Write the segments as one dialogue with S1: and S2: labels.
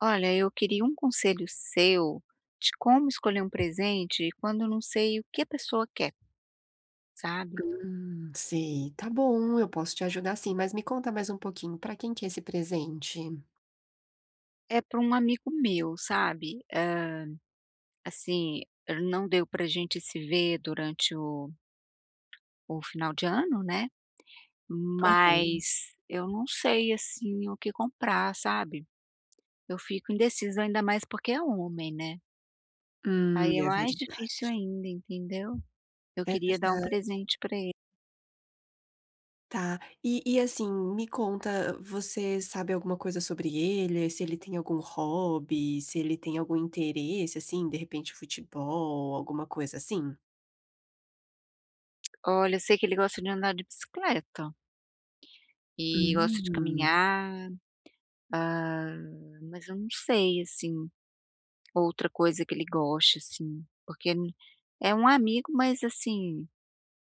S1: Olha, eu queria um conselho seu de como escolher um presente quando eu não sei o que a pessoa quer, sabe?
S2: Sei. Tá bom, eu posso te ajudar sim, mas me conta mais um pouquinho, pra quem que é esse presente?
S1: É para um amigo meu, sabe? É, assim, não deu para a gente se ver durante o final de ano, né?
S2: Aham.
S1: Mas eu não sei, assim, o que comprar, sabe? Eu fico indecisa, ainda mais porque é homem, né? Aí é
S2: É
S1: mais
S2: verdade.
S1: difícil ainda, entendeu? Eu
S2: É
S1: queria dar um
S2: verdade.
S1: presente para ele.
S2: Tá. E assim, me conta, você sabe alguma coisa sobre ele? Se ele tem algum hobby, se ele tem algum interesse, assim, de repente futebol, alguma coisa assim?
S1: Olha, eu sei que ele gosta de andar de bicicleta. E gosta de
S2: Hum.
S1: caminhar, hã, mas eu não sei, assim, outra coisa que ele goste, assim, porque n é um amigo, mas assim,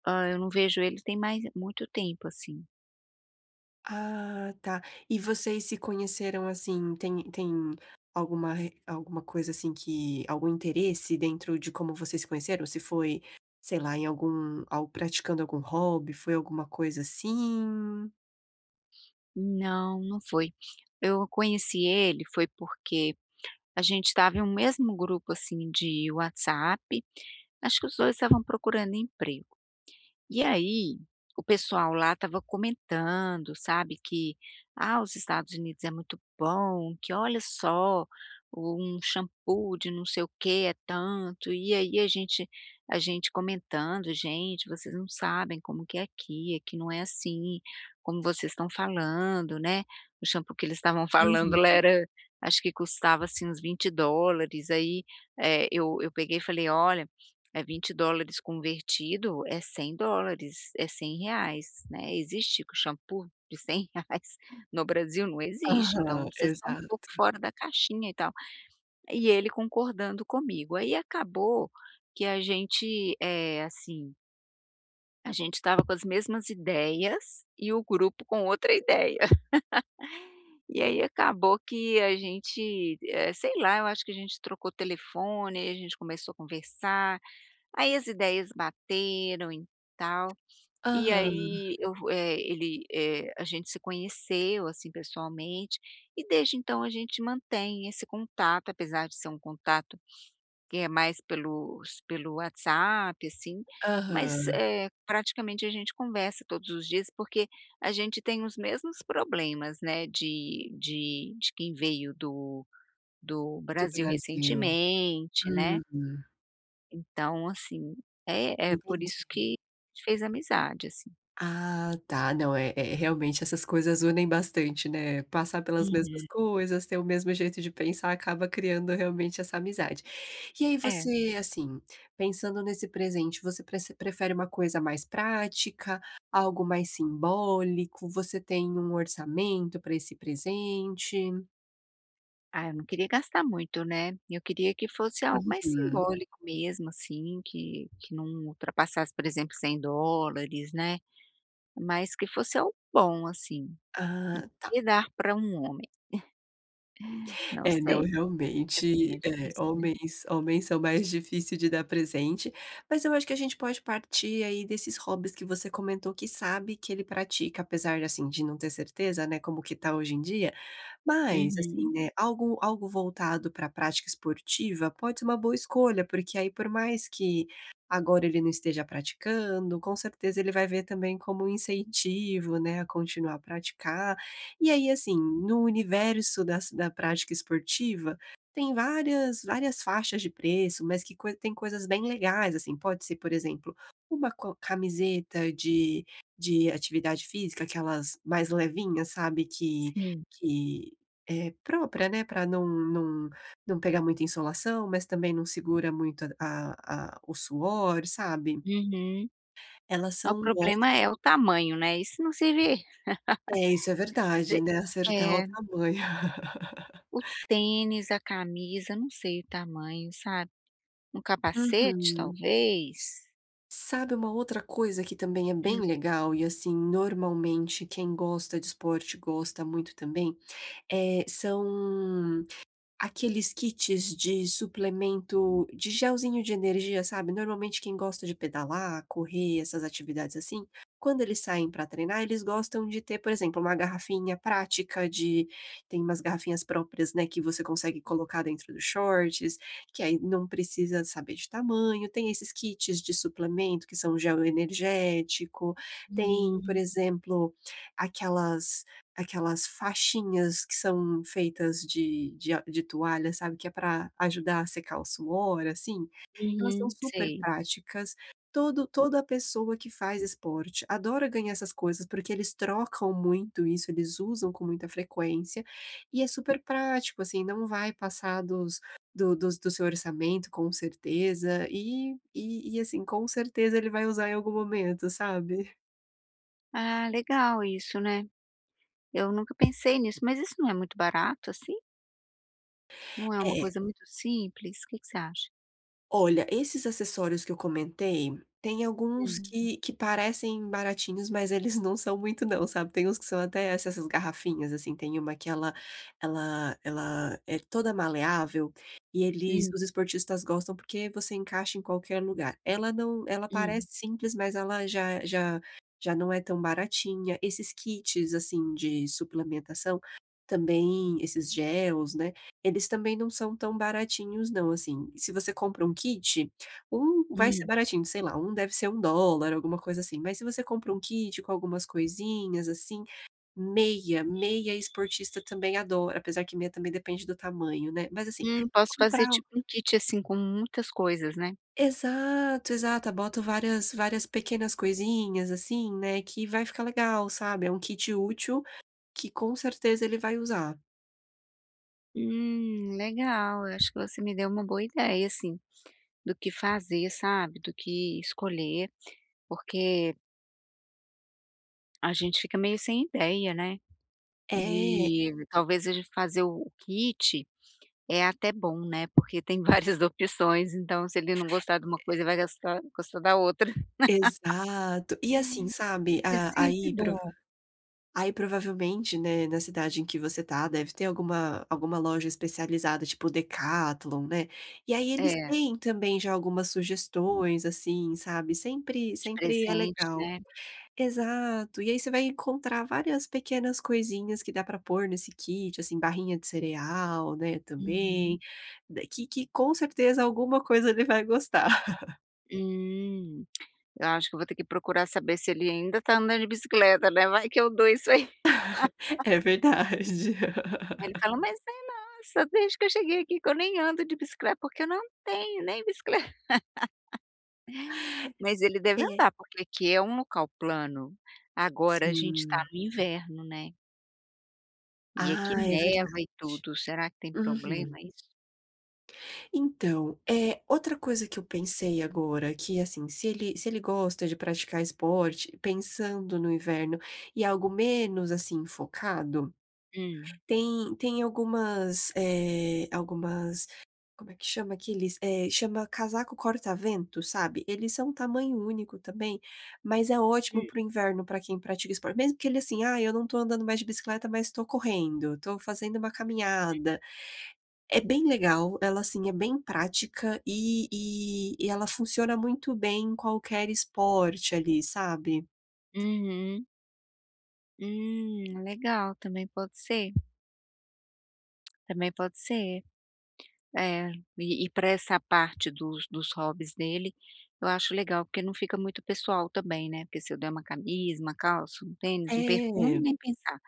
S1: eu não vejo ele tem mais muito tempo, assim.
S2: Ah, tá. E vocês se conheceram assim, tem alguma coisa assim que algum interesse dentro de como vocês se conheceram? Se foi, sei lá, em algum ao praticando algum hobby, foi alguma coisa assim?
S1: Não, não foi. Eu conheci ele foi porque a gente estava em um mesmo grupo, assim, de WhatsApp, acho que os 2 estavam procurando emprego. E aí, o pessoal lá estava comentando, sabe, que: "Ah, os Estados Unidos é muito bom, que olha só, um shampoo de não sei o que é tanto". E aí a gente comentando: "Gente, vocês não sabem como que é aqui, aqui não é assim como vocês estão falando, né". O shampoo que eles estavam falando
S2: Uhum.
S1: lá era acho que custava, assim, uns US$ 20. Aí, eu peguei e falei: "Olha, é US$ 20 convertido, é US$ 100, é R$ 100, né. Existe o shampoo de 100 reais no Brasil? Não existe, então
S2: Aham,
S1: você está um pouco
S2: exato.
S1: fora da caixinha e tal. E ele concordando comigo. Aí acabou que a gente, assim, a gente estava com as mesmas ideias e o grupo com outra ideia. E aí acabou que a gente, sei lá, eu acho que a gente trocou telefone, aí a gente começou a conversar. Aí as ideias bateram e tal, e
S2: Aham,
S1: aí eu eh, ele, eh, a gente se conheceu, assim, pessoalmente, e desde então a gente mantém esse contato, apesar de ser um contato que é mais pelo WhatsApp, assim, mas,
S2: aham,
S1: praticamente a gente conversa todos os dias, porque a gente tem os mesmos problemas, né, de quem veio do
S2: do
S1: Brasil
S2: Brasil.
S1: recentemente, né.
S2: Hum,
S1: Então, assim, é por
S2: entendi.
S1: isso que a gente fez amizade, assim.
S2: Ah, tá. Não, é é realmente essas coisas unem bastante, né. Passar pelas mesmas
S1: Uhum.
S2: coisas, ter o mesmo jeito de pensar, acaba criando realmente essa amizade. E aí
S1: É.
S2: você, assim, pensando nesse presente, você prece prefere uma coisa mais prática, algo mais simbólico? Você tem um orçamento para esse presente?
S1: Ah, eu não queria gastar muito, né. Eu queria que fosse algo mais
S2: Uhum.
S1: simbólico mesmo, assim, que não ultrapassasse, por exemplo, US$ 100, né, mas que fosse algo bom, assim.
S2: Ah, tá.
S1: Que dar para um homem? Não
S2: É, não,
S1: sei, assim, é
S2: realmente, é,
S1: difícil, né.
S2: homens são mais difícil de dar presente, mas eu acho que a gente pode partir aí desses hobbies que você comentou que sabe que ele pratica, apesar, de assim, de não ter certeza, né, como que tá hoje em dia, mas, assim,
S1: Uhum,
S2: né, algo voltado para a prática esportiva pode ser uma boa escolha, porque aí por mais que agora ele não esteja praticando, com certeza ele vai ver também como um incentivo, né, a continuar a praticar. E aí, assim, no universo da prática esportiva, tem várias faixas de preço, mas que coi tem coisas bem legais, assim, pode ser, por exemplo, uma co camiseta de atividade física, aquelas mais levinhas, sabe, que
S1: sim.
S2: que é própria, né, para não pegar muita insolação, mas também não segura muito a o suor, sabe.
S1: Uhum.
S2: Elas
S1: Ah, o
S2: são óti
S1: problema é o tamanho, né, isso não se vê
S2: é, isso é
S1: se
S2: verdade, né, acertar o
S1: é,
S2: tamanho.
S1: o tênis, a camisa, não sei o tamanho, sabe. Um capacete,
S2: Uhum.
S1: talvez?
S2: Sabe uma outra coisa que também é bem legal e, assim, normalmente quem gosta de esporte gosta muito também? Eh, são Aqueles kits de suplemento de gelzinho de energia, sabe, normalmente quem gosta de pedalar, correr, essas atividades assim, quando eles saem para treinar, eles gostam de ter, por exemplo, uma garrafinha prática de tem umas garrafinhas próprias, né, que você consegue colocar dentro dos shorts, que aí não precisa saber de tamanho, tem esses kits de suplemento que são gel energético, tem, por
S1: Uhum,
S2: exemplo, aquelas Aquelas faixinhas que são feitas de toalha, sabe, que é para ajudar a secar o suor, assim, elas
S1: uhum,
S2: são super
S1: sei.
S2: práticas. Todo Toda pessoa que faz esporte adora ganhar essas coisas, porque eles trocam muito isso, eles usam com muita frequência, e é super prático, assim, não vai passar dos do seu orçamento, com certeza, e assim, com certeza ele vai usar em algum momento, sabe?
S1: Ah, legal isso, né. Eu nunca pensei nisso, mas isso não é muito barato, assim? Não é uma coisa
S2: É.
S1: muito simples? O que que você acha?
S2: Olha, esses acessórios que eu comentei, tem alguns
S1: Hum,
S2: que parecem baratinhos, mas eles não são muito não, sabe. Tem uns que são até essas garrafinhas, assim, tem uma que ela é toda maleável e eles
S1: hum,
S2: os esportistas gostam porque você encaixa em qualquer lugar. Ela não Ela
S1: hum,
S2: parece simples, mas ela já não é tão baratinha. Esses kits, assim, de suplementação também, esses gels, né, eles também não são tão baratinhos não, assim, se você compra um kit, um vai ser
S1: hum.
S2: baratinho, sei lá, um deve ser um dólar, alguma coisa assim, mas se você compra um kit com algumas coisinhas, assim, meia esportista também adora, apesar que meia também depende do tamanho, né, mas assim,
S1: Posso fazer
S2: comprar um
S1: tipo um kit, assim, com muitas coisas, né?
S2: exato, exato, boto várias pequenas coisinhas, assim, né, que vai ficar legal, sabe, é um kit útil que com certeza ele vai usar.
S1: Legal, eu acho que você me deu uma boa ideia, assim, do que fazer, sabe, do que escolher, porque a gente fica meio sem ideia, né?
S2: É.
S1: E talvez ele fazer o kit é até bom, né, porque tem várias opções, então se ele não gostar de uma coisa, vai gastar gostar da outra.
S2: Exato. E assim, sabe,
S1: Kit é
S2: a
S1: sempre
S2: aí prova
S1: bom.
S2: aí provavelmente, né, na cidade em que você tá, deve ter alguma loja especializada, tipo Decathlon, né. E aí eles
S1: É,
S2: têm também já algumas sugestões, assim, sabe, sempre
S1: de
S2: sempre é
S1: presente,
S2: legal.
S1: né.
S2: Exato. E aí você vai encontrar várias pequenas coisinhas que dá pra pôr nesse kit, assim, barrinha de cereal, né,
S1: Uhum.
S2: também, da que com certeza alguma coisa ele vai gostar.
S1: Hum, eu acho que eu vou ter que procurar saber se ele ainda tá andando de bicicleta, né, vai que eu dou isso aí.
S2: É verdade.
S1: Ele fala: "Mas é nossa, desde que eu cheguei aqui que eu nem ando de bicicleta, porque eu não tenho nem bicicleta". Mas ele deve
S2: É,
S1: andar, porque aqui é um local plano. Agora a gente tá
S2: sim.
S1: no inverno, né. E aqui
S2: Ah, é
S1: neva e
S2: verdade.
S1: tudo, será que tem problema
S2: Uhum.
S1: isso?
S2: Então, é outra coisa que eu pensei agora, que assim, se ele gosta de praticar esporte, pensando no inverno, e algo menos, assim, focado,
S1: Hum.
S2: tem algumas, algumas como é que chama aqueles? Eh, chama casaco corta-vento, sabe? Eles são um tamanho único também, mas é ótimo
S1: Hum.
S2: para o inverno para quem pratica esporte, mesmo que ele assim: "Ah, eu não estou andando mais de bicicleta, mas estou correndo, estou fazendo uma caminhada". É bem legal, ela, assim, é bem prática e ela funciona muito bem em qualquer esporte ali, sabe.
S1: Uhum. Legal, também pode ser, também pode ser. É, e pra essa parte dos hobbies dele, eu acho legal, porque não fica muito pessoal também, né, porque se eu der uma camisa, uma calça, um tênis, um perfume,
S2: É,
S1: nem pensar,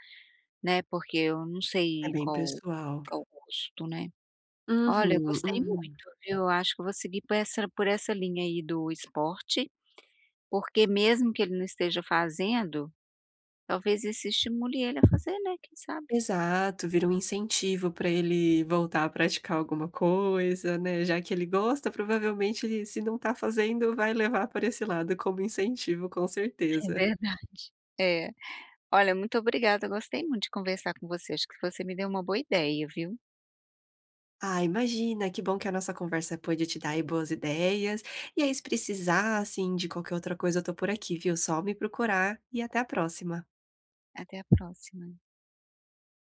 S1: né, porque eu não
S2: é
S1: sei
S2: bem
S1: qual
S2: pessoal.
S1: qual o gosto, né. Olha, eu
S2: Uhum,
S1: gostei
S2: uhum.
S1: muito, viu, eu acho que eu vou seguir por essa linha aí do esporte. Porque mesmo que ele não esteja fazendo, talvez isso estimule ele a fazer, né, quem sabe.
S2: Exato, vira um incentivo para ele voltar a praticar alguma coisa, né, já que ele gosta, provavelmente ele se não tá fazendo, vai levar para esse lado como incentivo, com
S1: É
S2: certeza.
S1: verdade. É. Olha, muito obrigada. Eu gostei muito de conversar com você, acho que você me deu uma boa ideia, viu.
S2: Ah, imagina, que bom que a nossa conversa pôde te dar aí boas ideias. E aí, se precisar, assim, de qualquer outra coisa, eu tô por aqui, viu? Só me procurar e até a próxima.
S1: Até a próxima.